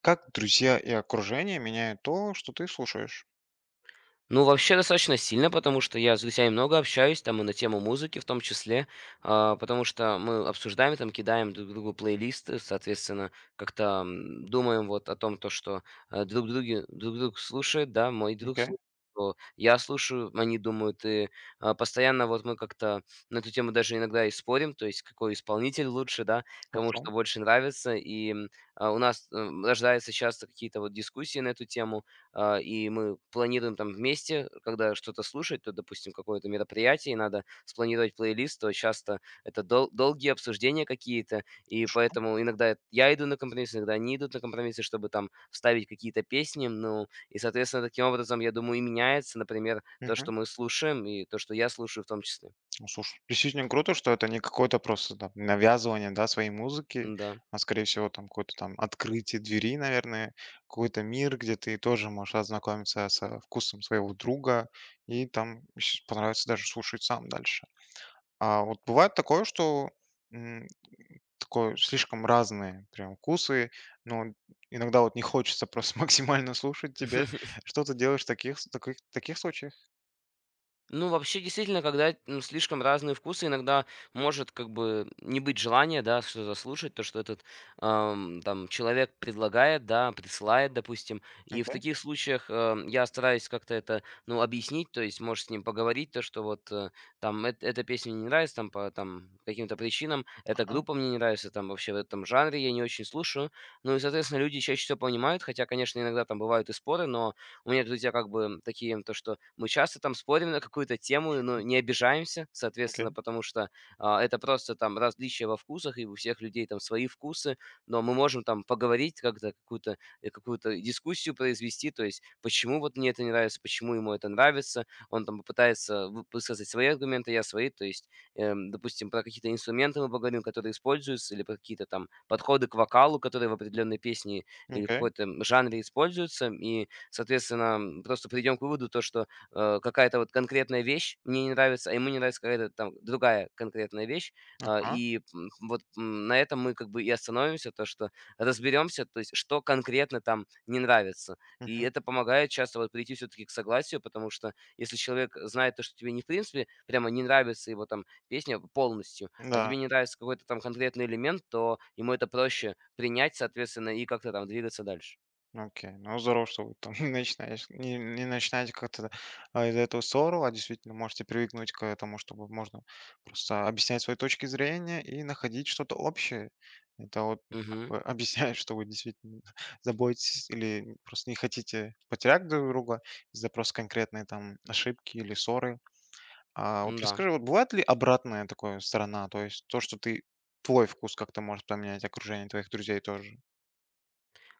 Как друзья и окружение меняют то, что ты слушаешь? Ну, вообще достаточно сильно, потому что я с друзьями много общаюсь, там и на тему музыки в том числе, потому что мы обсуждаем, там кидаем друг другу плейлисты, соответственно, как-то думаем вот о том, то, что друг слушает, да, мой друг Окей, слушает, что я слушаю, они думают, и постоянно вот мы как-то на эту тему даже иногда и спорим, то есть какой исполнитель лучше, да, кому хорошо. что больше нравится, и у нас рождаются часто какие-то вот дискуссии на эту тему, и мы планируем там вместе, когда что-то слушать, то, допустим, какое-то мероприятие, и надо спланировать плейлист, то часто это долгие обсуждения какие-то, и поэтому иногда я иду на компромиссы, иногда они идут на компромиссы, чтобы там вставить какие-то песни, ну, и, соответственно, таким образом, я думаю, и меняется, например, то, Мгм. что мы слушаем, и то, что я слушаю в том числе. Ну, слушай, действительно круто, что это не какое-то просто там навязывание, да, своей музыки, Да. а скорее всего там какое-то там открытие двери, наверное, какой-то мир, где ты тоже можешь ознакомиться со вкусом своего друга и там понравится даже слушать сам дальше. А вот бывает такое, что такое слишком разные прям вкусы, но иногда вот не хочется просто максимально слушать тебя. Что ты делаешь в таких с таких таких случаях? Ну, вообще, действительно, когда слишком разные вкусы, иногда может как бы не быть желания, да, что-то слушать, то, что этот там человек предлагает, да, присылает, допустим. И в Окей, таких случаях я стараюсь как-то это, ну, объяснить, то есть можешь с ним поговорить, то, что вот там эта песня мне не нравится, там по там, каким-то причинам, эта ага, группа мне не нравится, там вообще в этом жанре я не очень слушаю. Ну и, соответственно, люди чаще всего понимают, хотя, конечно, иногда там бывают и споры, но у меня друзья как бы такие, то что мы часто там спорим на какую-то тему, но не обижаемся, окей, соответственно, потому что это просто там различия во вкусах, и у всех людей там свои вкусы, но мы можем там поговорить как-то, какую-то какую-то дискуссию произвести, то есть почему вот мне это не нравится, почему ему это нравится, он там попытается высказать свои аргументы, я свои, то есть, допустим, про какие-то инструменты мы поговорим, которые используются, или про какие-то там подходы к вокалу, которые в определенной песне или окей, какой-то жанре используются, и соответственно, просто придем к выводу, то, что, какая-то вот конкретная вещь мне не нравится, а ему не нравится какая-то там другая конкретная вещь. А, ага, и, м, вот, м, на этом мы как бы и остановимся, то, что разберемся, то есть что конкретно там не нравится. И мгм, это помогает часто вот прийти все-таки к согласию, потому что если человек знает то, что тебе не в принципе прямо не нравится его там песня полностью, а да. тебе не нравится какой-то там конкретный элемент, то ему это проще принять, соответственно, и как-то там двигаться дальше. Ну, окей, ну здорово, что вы там не начинаешь не не начинаете как-то, из-за этого ссору, а действительно можете привыкнуть к этому, чтобы можно просто объяснять свои точки зрения и находить что-то общее. Это вот, ну, как Мгм. бы объясняет, что вы действительно заботитесь или просто не хотите потерять друг друга из-за просто конкретной там ошибки или ссоры. А вот Да. расскажи, вот бывает ли обратная такая сторона, то есть то, что ты твой вкус как-то может поменять окружение твоих друзей тоже?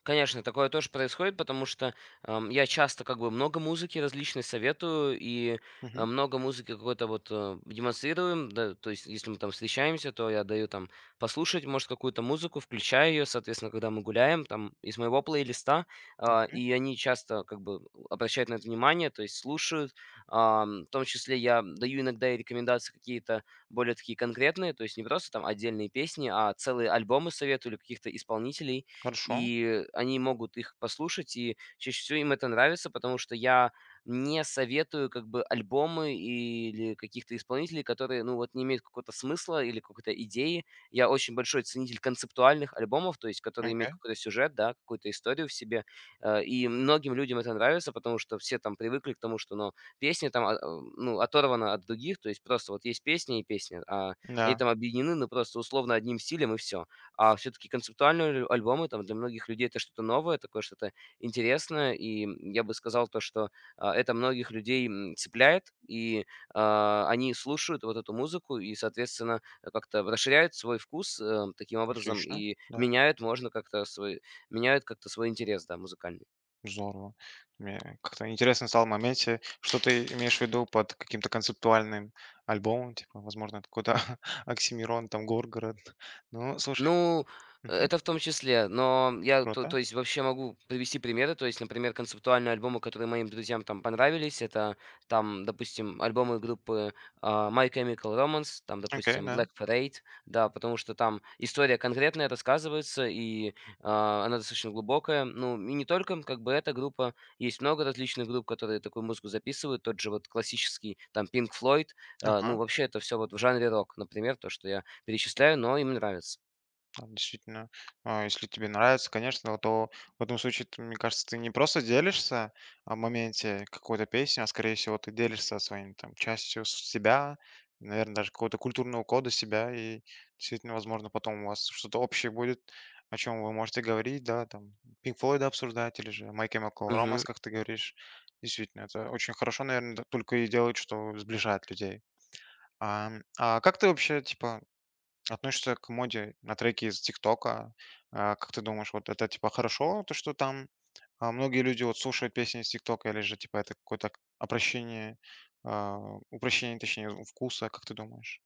Конечно, такое тоже происходит, потому что, я часто как бы много музыки различной советую и, Мгм. много музыки какой-то вот, демонстрирую. Да, то есть, если мы там встречаемся, то я даю там послушать, может, какую-то музыку, включаю ее, соответственно, когда мы гуляем, там, из моего плейлиста. Окей. И они часто как бы обращают на это внимание, то есть слушают. В том числе я даю иногда и рекомендации какие-то более такие конкретные, то есть не просто там отдельные песни, а целые альбомы советую или каких-то исполнителей, Хорошо. и они могут их послушать, и чаще всего им это нравится, потому что я не советую как бы альбомы или каких-то исполнителей, которые, ну вот, не имеют какого-то смысла или какой-то идеи. Я очень большой ценитель концептуальных альбомов, то есть которые имеют Окей. какой-то сюжет, да, какую-то историю в себе. И многим людям это нравится, потому что все там привыкли к тому, что, ну, песни там, ну, оторваны от других, то есть просто вот есть песня и песня, а они Да, там объединены, ну, просто условно одним стилем и все. А все-таки концептуальные альбомы там для многих людей это что-то новое, такое что-то интересное. И я бы сказал то, что это многих людей цепляет, и они слушают вот эту музыку и, соответственно, как-то расширяют свой вкус таким образом отлично. и Да, меняют, можно как-то свой, меняют как-то свой интерес, да, музыкальный. здорово. Мне как-то интересно стало в моменте, что ты имеешь в виду под каким-то концептуальным альбомом, типа, возможно, это какой-то Оксимирон, там, Горгород. Ну, слушай, Ну, мгм, это в том числе, но я, то, круто. то есть, вообще могу привести примеры, то есть, например, концептуальные альбомы, которые моим друзьям там понравились, это там, допустим, альбомы группы My Chemical Romance, там, Окей, допустим, да. Black Parade, да, потому что там история конкретная рассказывается, и она достаточно глубокая, ну, и не только, как бы, эта группа, есть много различных групп, которые такую музыку записывают, тот же вот классический, там, Pink Floyd, ну, Ага. вообще это все вот в жанре рок, например, то, что я перечисляю, но им нравится. Да, действительно, если тебе нравится, конечно, то в этом случае, ты, мне кажется, ты не просто делишься о моменте какой-то песни, а скорее всего ты делишься своим там частью себя, наверное, даже какого-то культурного кода себя, и действительно, возможно, потом у вас что-то общее будет, о чем вы можете говорить, да, там, Пинк Флойда обсуждать, или же Майк Chemical Ромас, Мгм. как ты говоришь. Действительно, это очень хорошо, наверное, только и делает, что сближает людей. А, как ты вообще, типа, относишься к моде на треки из "Тиктока"? Как ты думаешь, вот это типа хорошо, то, что там, многие люди вот слушают песни из "Тиктока", или же типа это какое-то обращение, а, упрощение, точнее, вкуса, как ты думаешь?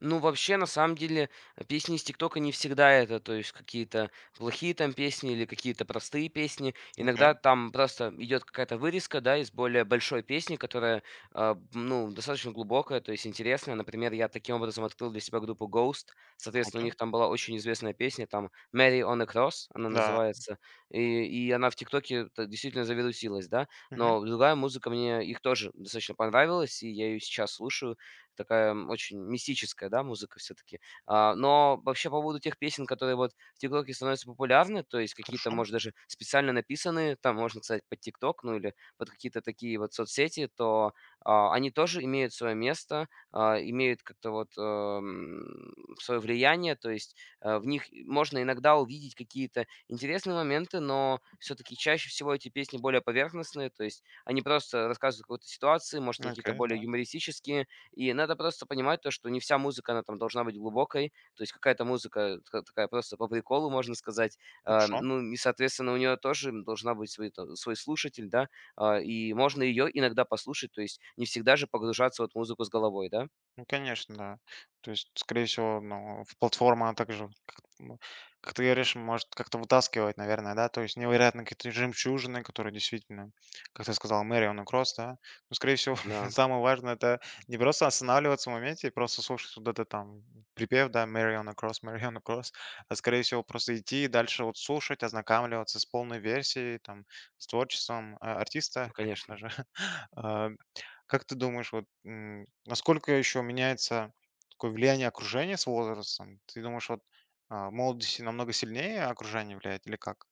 Ну, вообще, на самом деле, песни из "ТикТока" не всегда это, то есть какие-то плохие там песни или какие-то простые песни. Окей, Иногда там просто идет какая-то вырезка, да, из более большой песни, которая, ну, достаточно глубокая, то есть интересная. Например, я таким образом открыл для себя группу Ghost. Соответственно, у круто. них там была очень известная песня, там "Mary on a Cross" она Да. называется, и она в "ТикТоке" т действительно завирусилась, да. Мгм. Но другая музыка мне их тоже достаточно понравилась, и я ее сейчас слушаю. Такая, очень мистическая, да, музыка все таки. Но вообще по поводу тех песен, которые вот в "ТикТоке" становятся популярны, то есть какие-то, Хорошо. может, даже специально написанные, там, можно сказать, под "ТикТок", ну, или под какие-то такие вот соцсети, то, они тоже имеют свое место, имеют как-то вот, свое влияние. То есть, в них можно иногда увидеть какие-то интересные моменты, но все таки чаще всего эти песни более поверхностные, то есть они просто рассказывают о какой-то ситуации, может, они какие-то Окей, да, более юмористические, и надо просто понимать то, что не вся музыка, она там должна быть глубокой. То есть какая-то музыка ка такая просто по приколу, можно сказать. Хорошо. Ну и, соответственно, у нее тоже должна быть свой та свой слушатель, да. И можно ее иногда послушать, то есть не всегда же погружаться вот в музыку с головой, да. Ну, конечно, да. То есть, скорее всего, ну, в платформа также, ну, как ты говоришь, может как-то вытаскивать, наверное, да, то есть невероятно какие-то жемчужины, которые действительно, как ты сказал, Мэрион и Кросс, да, ну, скорее всего, Да, самое важное, это не просто останавливаться в моменте и просто слушать вот это там припев, да, Мэрион и Кросс, а скорее всего просто идти и дальше вот слушать, ознакомливаться с полной версией, там, с творчеством артиста, ну конечно. конечно же, Как ты думаешь, вот, насколько еще меняется такое влияние окружения с возрастом? Ты думаешь, вот, в молодости намного сильнее окружение влияет или как?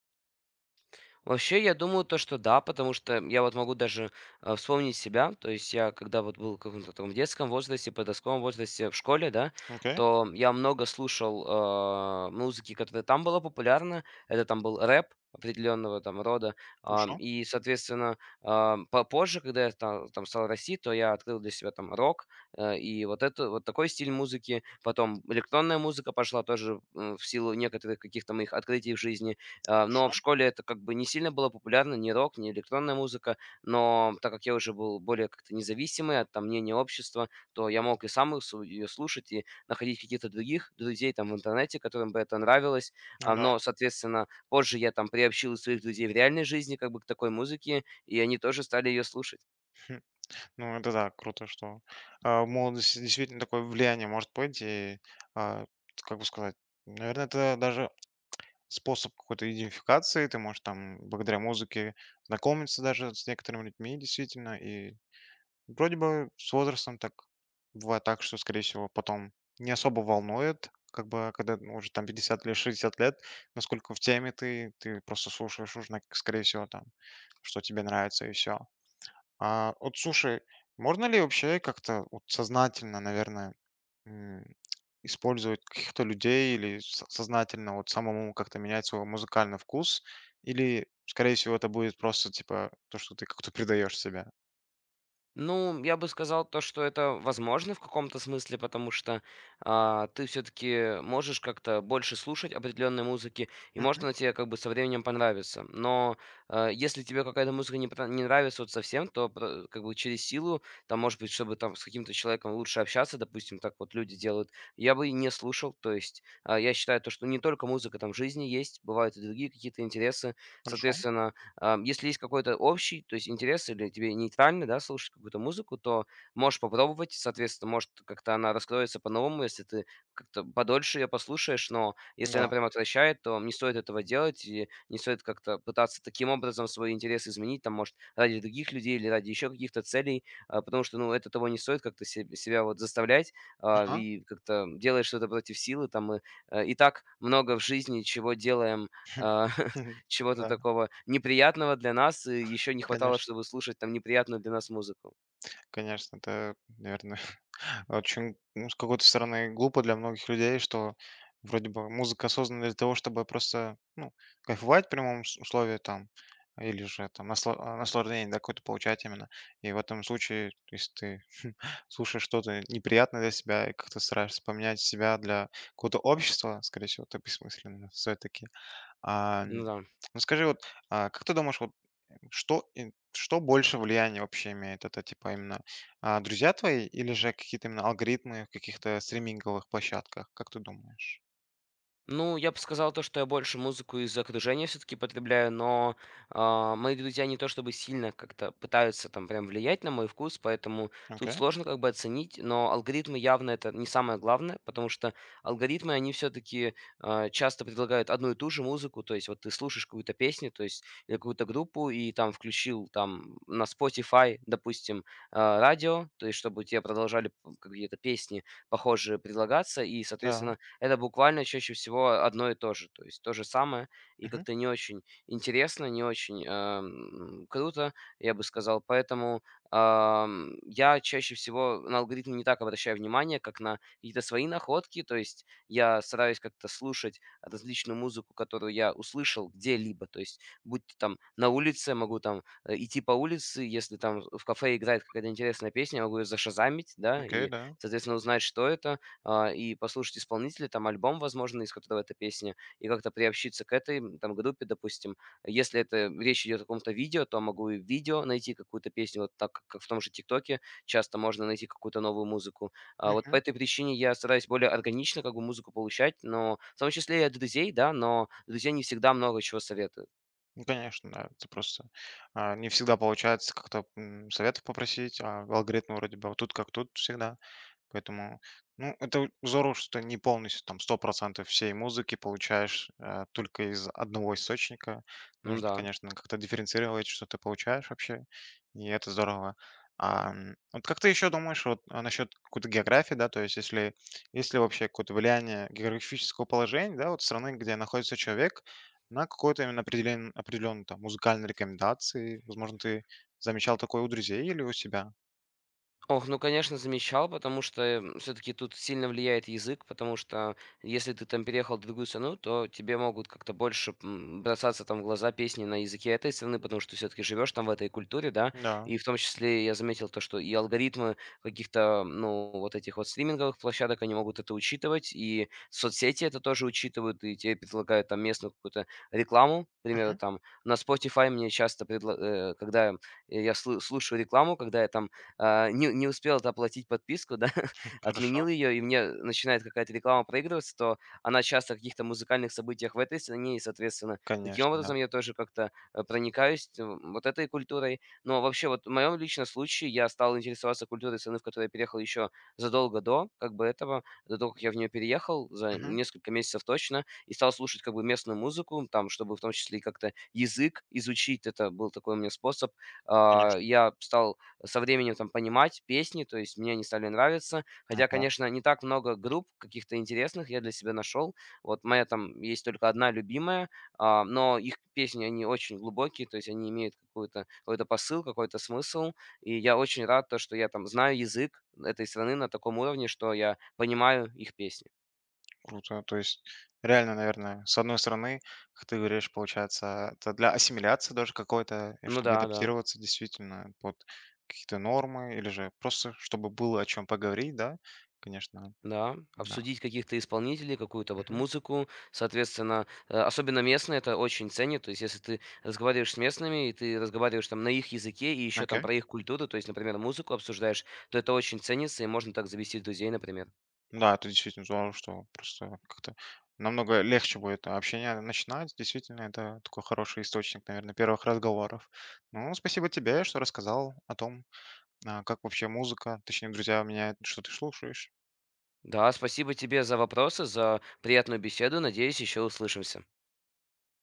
Вообще, я думаю, то, что да, потому что я вот могу даже вспомнить себя. То есть я, когда вот был в каком-то таком детском возрасте, подростковом возрасте в школе, да, Окей, то я много слушал музыки, которая там была популярна. Это там был рэп определенного там рода. Хорошо, И, соответственно, попозже, когда я там, стал расти, то я открыл для себя там рок и вот это вот такой стиль музыки. Потом электронная музыка пошла тоже в силу некоторых каких-то моих открытий в жизни, но в хорошо. школе это как бы не сильно было популярно, ни рок, ни электронная музыка. Но так как я уже был более как-то независимый от там, мнения общества, то я мог и сам ее слушать, и находить каких-то других друзей там в интернете, которым бы это нравилось. Ну да. Но, соответственно, позже я там приобщил и своих друзей в реальной жизни как бы к такой музыке, и они тоже стали ее слушать. Ну, это да, круто, что в молодости действительно такое влияние может быть. И, а, как бы сказать, наверное, это даже способ какой-то идентификации. Ты можешь там благодаря музыке знакомиться даже с некоторыми людьми, действительно. И вроде бы с возрастом так бывает так, что, скорее всего, потом не особо волнует, как бы, когда ну, уже там 50 или 60 лет, насколько в теме ты, ты просто слушаешь уже, скорее всего, там, что тебе нравится и все. А вот слушай, можно ли вообще как-то вот сознательно, наверное, м, использовать каких-то людей или сознательно вот самому как-то менять свой музыкальный вкус? Или, скорее всего, это будет просто типа то, что ты как-то придаешь себя? Ну, я бы сказал то, что это возможно в каком-то смысле, потому что ты все-таки можешь как-то больше слушать определенной музыки, и может Мгм. она тебе как бы со временем понравится. Но если тебе какая-то музыка не, не нравится вот совсем, то как бы через силу, там, может быть, чтобы там с каким-то человеком лучше общаться, допустим, так вот люди делают, я бы и не слушал. То есть я считаю то, что не только музыка там в жизни есть, бывают и другие какие-то интересы. Хорошо. Соответственно, если есть какой-то общий, то есть интерес или тебе нейтрально, да, слушать какую-то музыку, то можешь попробовать. Соответственно, может, как-то она раскроется по-новому, если ты как-то подольше ее послушаешь, но если Да. она прям отвращает, то не стоит этого делать, и не стоит как-то пытаться таким образом свой интерес изменить, там, может, ради других людей или ради еще каких-то целей, потому что, ну, это того не стоит как-то себя вот заставлять, и как-то делаешь что-то против силы, там, и, и так много в жизни чего делаем, а, Мгм. чего-то Да, такого неприятного для нас, еще не хватало, конечно, чтобы слушать там неприятную для нас музыку. конечно, это, наверное, очень, ну, с какой-то стороны, глупо для многих людей, что вроде бы музыка создана для того, чтобы просто, ну, кайфовать в прямом условии там, или же там наслаждение, да, какое-то получать именно. И в этом случае, если ты слушаешь что-то неприятное для себя и как-то стараешься поменять себя для какого-то общества, скорее всего, это бессмысленно все-таки. А, м, Н-да. ну скажи, вот как ты думаешь, вот что и что больше влияние вообще имеет? Это типа именно, друзья твои или же какие-то именно алгоритмы в каких-то стриминговых площадках? Как ты думаешь? Ну, я бы сказал то, что я больше музыку из окружения все-таки потребляю, но мои друзья не то чтобы сильно как-то пытаются там прям влиять на мой вкус, поэтому тут Окей, сложно как бы оценить, но алгоритмы явно это не самое главное, потому что алгоритмы, они все-таки часто предлагают одну и ту же музыку, то есть вот ты слушаешь какую-то песню, то есть или какую-то группу, и там включил там на Spotify, допустим, радио, то есть чтобы тебе продолжали какие-то песни похожие предлагаться, и, да. соответственно, это буквально чаще всего одно и то же. То есть то же самое, и Мгм. как-то не очень интересно, не очень круто, я бы сказал. Поэтому я чаще всего на алгоритмы не так обращаю внимание, как на какие-то свои находки. То есть я стараюсь как-то слушать различную музыку, которую я услышал где-либо. То есть будь то там на улице, могу там идти по улице, если там в кафе играет какая-то интересная песня, я могу ее зашазамить, да, Окей, и, да. соответственно, узнать, что это, и послушать исполнителя, там альбом, возможно, из которого эта песня, и как-то приобщиться к этой там группе, допустим. Если это речь идет о каком-то видео, то могу и в видео найти какую-то песню, вот так как в том же ТикТоке часто можно найти какую-то новую музыку. Вот по этой причине я стараюсь более органично как бы музыку получать, но в том числе и от друзей, да, но друзья не всегда много чего советуют. Ну, конечно, да. Это просто не всегда получается как-то советов попросить, а алгоритмы вроде бы тут как тут всегда. Поэтому, ну, это здорово, что ты не полностью там 100% всей музыки получаешь только из одного источника. Нужно, Да. конечно, как-то дифференцировать, что ты получаешь вообще, и это здорово. Вот как ты еще думаешь вот, насчет какой-то географии, да, то есть если вообще какое-то влияние географического положения, да, вот страны, где находится человек, на какой-то именно определен определённой там музыкальной рекомендации. Возможно, ты замечал такое у друзей или у себя? Ох, ну, конечно, замечал, потому что все-таки тут сильно влияет язык, потому что если ты там переехал в другую страну, то тебе могут как-то больше бросаться там в глаза песни на языке этой страны, потому что все-таки живешь там в этой культуре, да, Да. и в том числе я заметил то, что и алгоритмы каких-то, ну, вот этих вот стриминговых площадок, они могут это учитывать, и соцсети это тоже учитывают, и тебе предлагают там местную какую-то рекламу, к примеру, Мгм. там на Spotify мне часто, когда я слушаю рекламу, когда я там не успел оплатить подписку, да, Хорошо. отменил ее, и мне начинает какая-то реклама проигрываться, то она часто о каких-то музыкальных событиях в этой стране, и, соответственно, таким Конечно, да. образом я тоже как-то, проникаюсь т вот этой культурой. Но вообще вот в моем личном случае я стал интересоваться культурой страны, в которую я переехал, еще задолго до как бы этого, до того, как я в нее переехал, за Мгм. несколько месяцев точно, и стал слушать как бы местную музыку, там, чтобы в том числе и как-то язык изучить. Это был такой у меня способ. Конечно. Я стал со временем там понимать песни, то есть мне они стали нравиться. Хотя, Ага. конечно, не так много групп каких-то интересных я для себя нашел. Вот моя там есть только одна любимая, но их песни, они очень глубокие, то есть они имеют какую-то, какой-то посыл, какой-то смысл. И я очень рад, то, что я там знаю язык этой страны на таком уровне, что я понимаю их песни. Круто. То есть реально, наверное, с одной стороны, как ты говоришь, получается, это для ассимиляции даже какой-то, и Ну чтобы да, да. адаптироваться действительно под какие-то нормы или же просто чтобы было о чем поговорить, да? Конечно, Да, да. обсудить каких-то исполнителей, какую-то вот Мгм. музыку, соответственно, особенно местные это очень ценят. То есть, если ты разговариваешь с местными, и ты разговариваешь там на их языке, и еще там Окей. про их культуру, то есть, например, музыку обсуждаешь, то это очень ценится, и можно так завести друзей, например. Да, это действительно здорово, что просто как-то намного легче будет общение начинать. Действительно, это такой хороший источник, наверное, первых разговоров. Ну, спасибо тебе, что рассказал о том, как вообще музыка, точнее, друзья, меняет, что ты слушаешь. Да, спасибо тебе за вопросы, за приятную беседу. Надеюсь, еще услышимся.